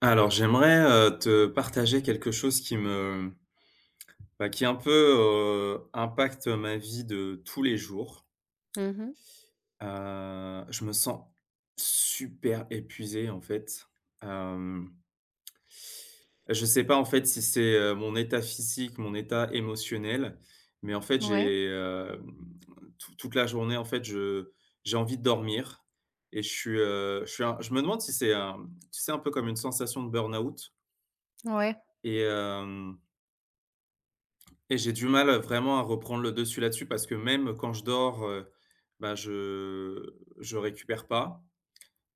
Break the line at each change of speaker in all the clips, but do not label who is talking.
Alors j'aimerais, te partager quelque chose qui qui un peu, impacte ma vie de tous les jours.
Mmh mh.
Je me sens super épuisé en fait. Hem, je sais pas en fait si c'est, mon état physique, mon état émotionnel, mais en fait
Ouais,
j'ai, hem, tou toute la journée en fait je j'ai envie de dormir. Et je suis un Je me demande si c'est un, tu sais, un peu comme une sensation de burn-out.
ouais, ouais.
Et hem Et j'ai du mal, vraiment à reprendre le dessus là-dessus parce que même quand je dors, bah, je je récupère pas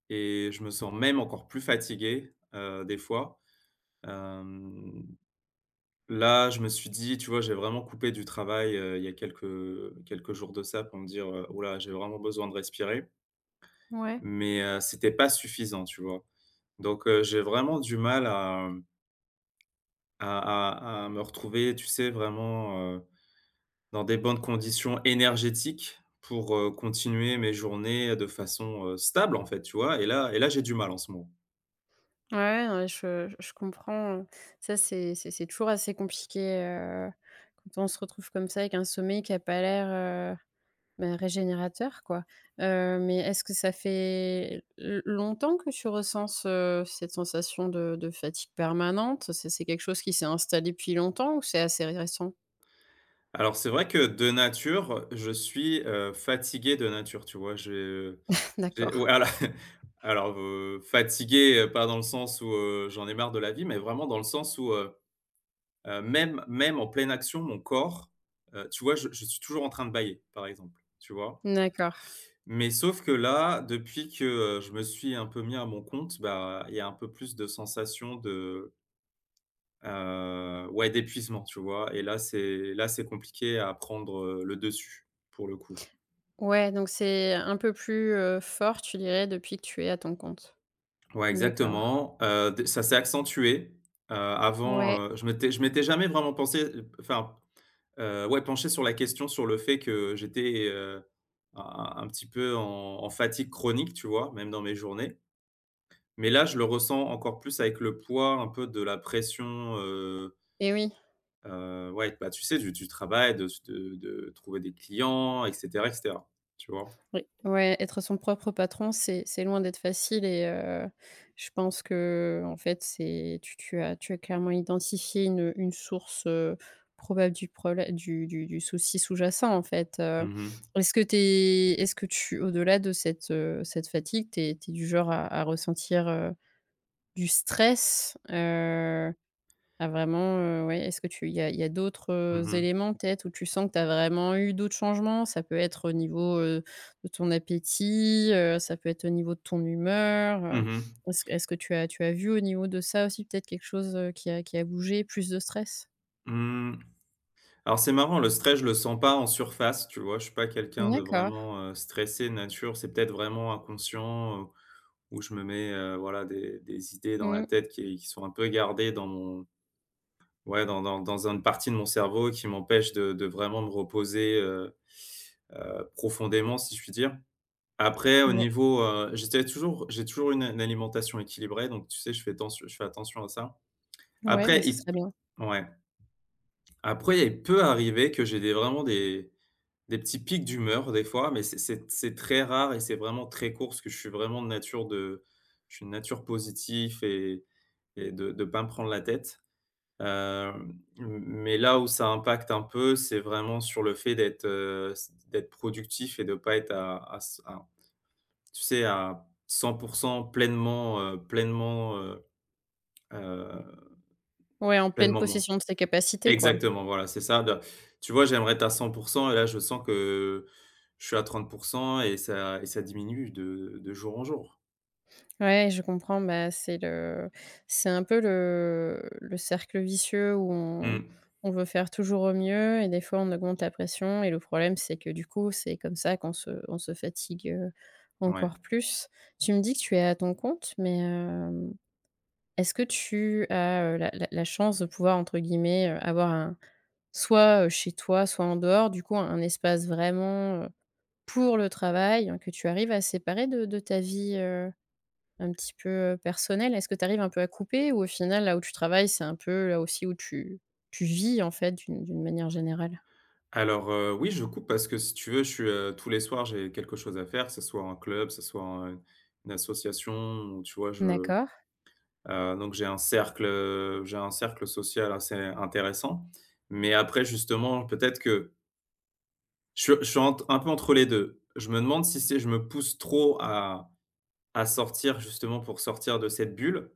et je me sens même encore plus fatigué, des fois. Hem, là, je me suis dit, tu vois, j'ai vraiment coupé du travail, il y a quelques jours de ça pour me dire, «Ouh là, j'ai vraiment besoin de respirer», mais c'était pas suffisant, tu vois? Donc j'ai vraiment du mal à, à me retrouver, tu sais, vraiment, dans des bonnes conditions énergétiques pour, continuer mes journées de façon, stable, en fait, tu vois? Et là, j'ai du mal en ce moment.
Ouais, ouais, je comprends, ça, c'est toujours assez compliqué, quand on se retrouve comme ça avec un sommeil qui a pas l'air, heu, régénérateur, quoi. Mais est-ce que ça fait l longtemps que tu ressens ce cette sensation de fatigue permanente? C'est quelque chose qui s'est installé depuis longtemps ou c'est assez récent?
Alors c'est vrai que de nature, je suis, fatigué de nature, tu vois? Je J'ai,
D'accord,
voilà. Alors, fatigué, pas dans le sens où, j'en ai marre de la vie, mais vraiment dans le sens où, même en pleine action, mon corps, tu vois, je suis toujours en train de bailler par exemple, tu vois?
d'accord.
Mais sauf que là, depuis que, je me suis un peu mis à mon compte, bah, il y a un peu plus de sensation de, ouais, d'épuisement, tu vois? C'est là, c'est compliqué à prendre, le dessus, pour le coup.
Ouais, donc c'est un peu plus, fort, tu dirais, depuis que tu es à ton compte.
Ouais,
D'accord.
exactement, d ça s'est accentué. Heu,
Ouais.
avant, je m'étais jamais vraiment pensé, enfin, ouais, penché sur la question, sur le fait que j'étais, un petit peu en fatigue chronique, tu vois? Même dans mes journées. Mais là, je le ressens encore plus avec le poids un peu de la pression,
Et oui,
ouais, bah, tu sais, du travail, de trouver des clients, et cetera, et cetera, tu vois?
oui, ouais, être son propre patron, c'est loin d'être facile et je pense que en fait, c'est tu as clairement identifié une source, probable du souci sous-jacent, en fait.
Mmh mh.
Est-ce que tu es est-ce que tu au-delà de cette, cette fatigue, tu es du genre à ressentir, du stress? Ah vraiment, ouais, est-ce que tu il y a d'autres,
Mmh mh.
éléments peut-être où tu sens que tu as vraiment eu d'autres changements? Ça peut être au niveau, de ton appétit, ça peut être au niveau de ton humeur.
Mmh mh.
Est-ce que tu as vu au niveau de ça aussi peut-être quelque chose, qui a bougé, plus de stress?
Mmh, alors c'est marrant, le stress, je le sens pas en surface, tu vois? Je suis pas quelqu'un de
D'accord.
vraiment, stressé de nature. C'est peut-être vraiment inconscient, où je me mets, voilà, des idées dans la
Mmh.
tête qui sont un peu gardées dans mon... Ouais, dans une partie de mon cerveau qui m'empêche de vraiment me reposer, profondément, si je puis dire. Après au
Ouais.
niveau, j'ai toujours une alimentation équilibrée, donc tu sais, je fais attention à ça.
Ouais,
Après
bah, ça
il
serait
p
bien.
Ouais, après il peut arriver que j'ai des, vraiment des petits pics d'humeur des fois, mais c'est, très rare et c'est vraiment très court parce que je suis vraiment de nature de... Je suis de nature positif et de pas me prendre la tête. Mais là où ça impacte un peu, c'est vraiment sur le fait d'être, d'être productif et de pas être à, tu sais, à 100% pleinement, heu,
Ouais, en pleine
pleinement moi.
possession de ses capacités, quoi.
Exactement, voilà, c'est ça, de... Tu vois, j'aimerais être à 100% et là, je sens que je suis à 30% et ça diminue de jour en jour.
Ouais, je comprends, bah, c'est un peu le cercle vicieux où on
Mmh,
on veut faire toujours au mieux et des fois on augmente la pression et le problème, c'est que du coup, c'est comme ça qu'on se on se fatigue, encore
ouais.
plus. Tu me dis que tu es à ton compte, mais, est-ce que tu as, la chance de pouvoir entre guillemets, avoir un soit, chez toi, soit en dehors, du coup, un espace vraiment, pour le travail, hein, que tu arrives à séparer de ta vie, un petit peu, personnel, est-ce que tu arrives un peu à couper ou au final, là où tu travailles, c'est un peu là aussi où tu vis en fait d'une manière générale?
Alors, oui, je coupe parce que si tu veux, je suis, tous les soirs, j'ai quelque chose à faire, que ce soit un club, que ce soit un une association, ou, tu vois? Je
D'accord.
Donc j'ai un cercle social assez intéressant. Mais après justement, peut-être que je suis ent un peu entre les 2. Je me demande si c'est... Je me pousse trop à sortir justement pour sortir de cette bulle.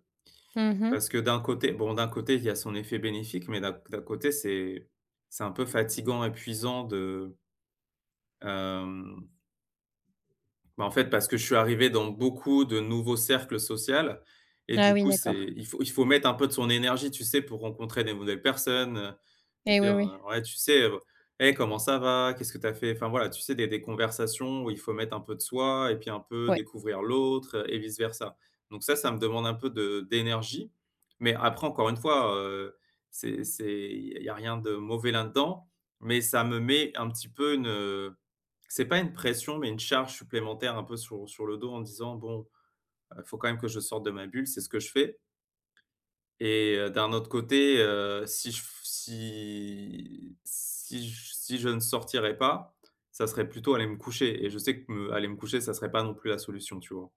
Mmh.
Parce que d'un côté, bon, d'un côté, il y a son effet bénéfique, mais d'un côté, c'est, un peu fatigant, épuisant de, euh, bah, en fait, parce que je suis arrivé dans beaucoup de nouveaux cercles sociaux, et
Ah
du
oui,
coup, c'est...
d'accord.
Il faut mettre un peu de son énergie, tu sais, pour rencontrer des nouvelles personnes,
Et oui,
dire,
oui.
ouais, tu sais, «Hey, comment ça va? Qu'est-ce que tu as fait?», enfin voilà, tu sais, des conversations où il faut mettre un peu de soi et puis un peu
Ouais.
découvrir l'autre, et vice versa. Donc ça me demande un peu de d'énergie, mais après, encore une fois, c'est, il y a rien de mauvais là-dedans, mais ça me met un petit peu une, c'est pas une pression, mais une charge supplémentaire un peu sur le dos en disant: «Bon, faut quand même que je sorte de ma bulle, c'est ce que je fais, et d'un autre côté, si je f si si j si je ne sortirais pas, ça serait plutôt aller me coucher et je sais que me aller me coucher, ça serait pas non plus la solution, tu vois?»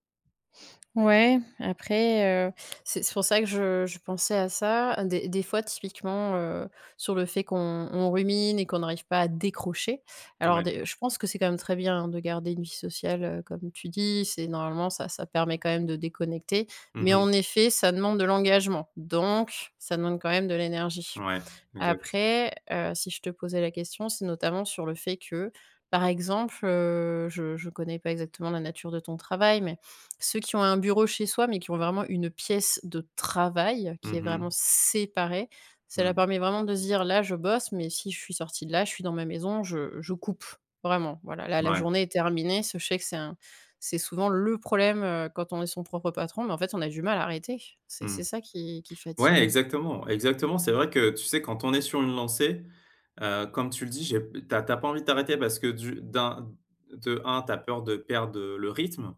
Ouais, après, c'est pour ça que je pensais à ça. Des fois, typiquement, sur le fait qu'on rumine et qu'on n'arrive pas à décrocher. Alors
Ouais.
des je pense que c'est quand même très bien hein, de garder une vie sociale, comme tu dis, c'est normalement ça permet quand même de déconnecter, mais
Mmh.
en effet, ça demande de l'engagement, donc ça demande quand même de l'énergie.
Ouais, exact.
Après, si je te posais la question, c'est notamment sur le fait que, par exemple, je connais pas exactement la nature de ton travail, mais ceux qui ont un bureau chez soi, mais qui ont vraiment une pièce de travail qui
Mmh
est vraiment
mh.
séparée, cela
Mmh.
permet vraiment de se dire: «Là, je bosse, mais si je suis sortie de là, je suis dans ma maison, je coupe». Vraiment, voilà, là, la
Ouais.
journée est terminée. Ce je sais que c'est un c'est souvent le problème, quand on est son propre patron, mais en fait, on a du mal à arrêter. C'est
Mmh.
c'est ça qui
Ouais,
fatigue.
exactement, exactement. C'est vrai que, tu sais, quand on est sur une lancée, comme tu le dis, j'ai t'as tu pas envie de t'arrêter parce que, du d'un de un, t'as peur de perdre le rythme.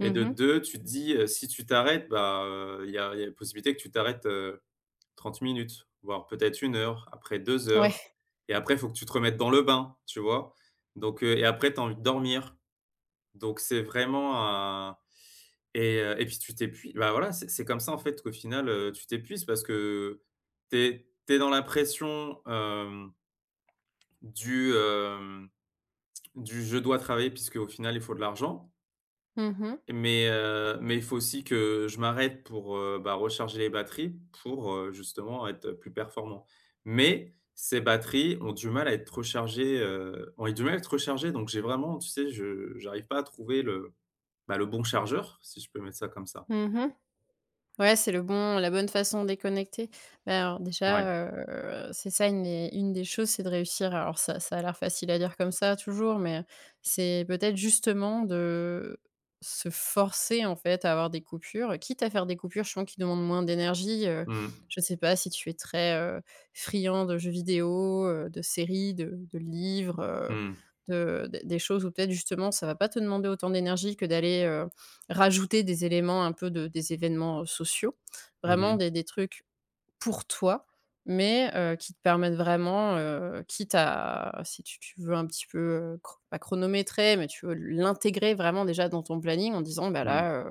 Et de 2, tu te dis, si tu t'arrêtes, bah, il y a possibilité que tu t'arrêtes, 30 minutes, voire peut-être 1 heure, après deux
Ouais.
heures et après, il faut que tu te remettes dans le bain, tu vois? Donc et après, tu as envie de dormir. Donc c'est vraiment un... Et et puis tu t'épuises. Bah, voilà, c'est, comme ça, en fait, qu'au final, tu t'épuises parce que tu es dans la pression, du, hem, du «je dois travailler», puisque au final, il faut de l'argent.
Mmh.
Mais il faut aussi que je m'arrête pour, bah, recharger les batteries pour, justement être plus performant. Mais ces batteries ont du mal à être rechargées, donc j'ai vraiment, tu sais, je j'arrive pas à trouver le, bah, le bon chargeur, si je peux mettre ça comme ça.
Mmh mh. Ouais, c'est le bon la bonne façon de déconnecter. Bah, alors
Ouais.
déjà, c'est ça une des choses, c'est de réussir alors ça a l'air facile à dire comme ça toujours, mais c'est peut-être justement de se forcer, en fait, à avoir des coupures, quitte à faire des coupures, je sens qui demandent moins d'énergie,
Mmh.
je sais pas si tu es très, friand de jeux vidéo, de séries, de livres,
Mmh.
de des choses où peut-être justement ça va pas te demander autant d'énergie que d'aller, rajouter des éléments un peu de des événements, sociaux.
Mmh
Vraiment
mh.
des trucs pour toi, mais qui te permettent vraiment, quitte à si tu veux un petit peu, chro pas chronométrer, mais tu veux l'intégrer vraiment déjà dans ton planning en disant: «Bah,
Mmh.
là,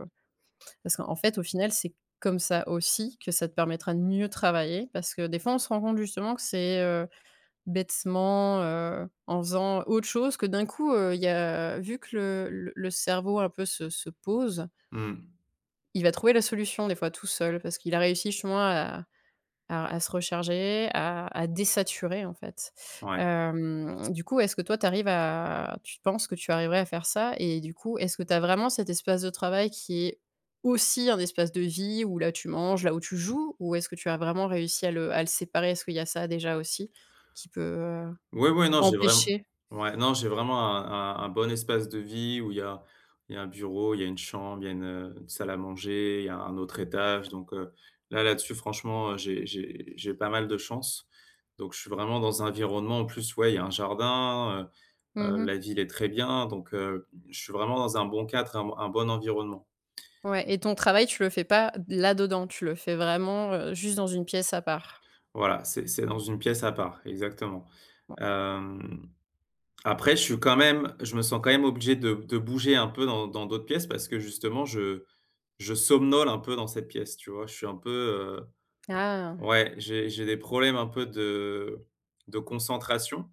parce qu'en fait, au final, c'est comme ça aussi que ça te permettra de mieux travailler parce que des fois, on se rend compte justement que c'est, bêtement, en faisant autre chose que d'un coup, il y a vu que le cerveau un peu se pose,
Mmh.
il va trouver la solution des fois tout seul parce qu'il a réussi justement à se recharger, à désaturer en fait.
Ouais.
Du coup, est-ce que toi tu arrives à tu penses que tu arriverais à faire ça? Et du coup, est-ce que tu as vraiment cet espace de travail qui est aussi un espace de vie où là tu manges, là où tu joues? Ou est-ce que tu as vraiment réussi à le séparer? Est-ce qu'il y a ça déjà aussi qui peut, heu,
Ouais, ouais, non, j'ai vraiment
empêcher?
ouais, non, j'ai vraiment un, un bon espace de vie où il y a, un bureau, il y a une chambre, il y a une salle à manger, il y a un autre étage, donc là, là-dessus, franchement, j'ai pas mal de chance, donc je suis vraiment dans un environnement, en plus, ouais, il y a un jardin,
Mmh.
la ville est très bien, donc je suis vraiment dans un bon cadre, un bon environnement.
Ouais et ton travail, tu le fais pas là dedans, tu le fais vraiment, juste dans une pièce à part?
Voilà, c'est dans une pièce à part, exactement.
Bon.
Hem Après, je suis quand même, obligé de bouger un peu dans, dans d'autres pièces parce que justement, je somnole un peu dans cette pièce, tu vois? Je suis un peu,
Ah!
ouais, j'ai des problèmes un peu de concentration,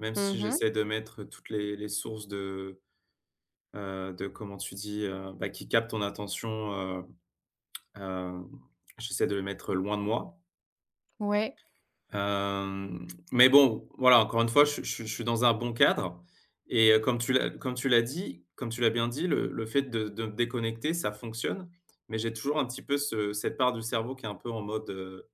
même si
Mmh mh.
j'essaie de mettre toutes les sources de, de, comment tu dis? Bah, qui captent ton attention, hem, j'essaie de les mettre loin de moi.
Ouais,
Hem, mais bon, voilà, encore une fois, je suis dans un bon cadre, et comme tu l'as, bien dit, le fait de me déconnecter, ça fonctionne, mais j'ai toujours un petit peu ce, cette part du cerveau qui est un peu en mode, heu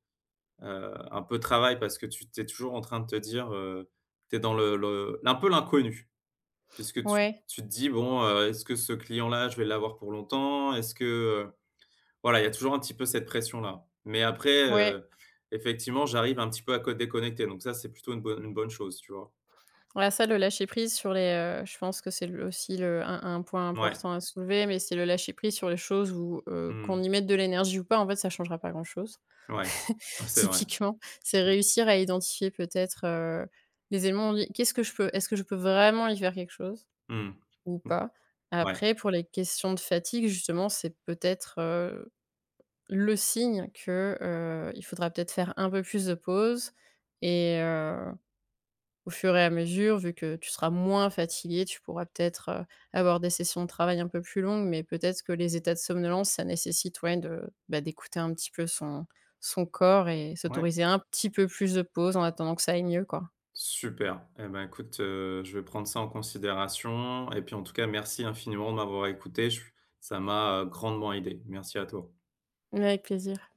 heu, un peu travail, parce que tu es toujours en train de te dire, tu es dans le, un peu, l'inconnu, puisque tu...
ouais,
Tu te dis: «Bon, est-ce que ce client-là, je vais l'avoir pour longtemps? Est-ce que, euh, voilà, il y a toujours un petit peu cette pression-là». Mais après,
ouais.
effectivement, j'arrive un petit peu à co déconnecter, donc ça, c'est plutôt une bonne, une bonne chose, tu vois?
Ouais, ça, le lâcher prise sur les, je pense que c'est le aussi le un point
Ouais,
important à soulever, mais c'est le lâcher prise sur les choses où,
mmh,
qu'on y mette de l'énergie ou pas, en fait, ça changera pas grand-chose.
ouais. Ah, c'est vrai.
Typiquement, c'est réussir à identifier peut-être, les éléments où on dit: «Qu'est-ce que je peux est-ce que je peux vraiment y faire quelque chose
Mmh,
ou pas?»
ouais,
après pour les questions de fatigue, justement, c'est peut-être, le signe que, il faudra peut-être faire un peu plus de pause et Au fur et à mesure, vu que tu seras moins fatigué, tu pourras peut-être, avoir des sessions de travail un peu plus longues, mais peut-être que les états de somnolence, ça nécessite, ouais, de, bah, d'écouter un petit peu son corps et
ouais,
s'autoriser un petit peu plus de pause en attendant que ça aille mieux, quoi.
super. Et ben, écoute, je vais prendre ça en considération et puis, en tout cas, merci infiniment de m'avoir écouté. Je... Ça m'a, grandement aidé. Merci à toi.
Ouais, Avec plaisir.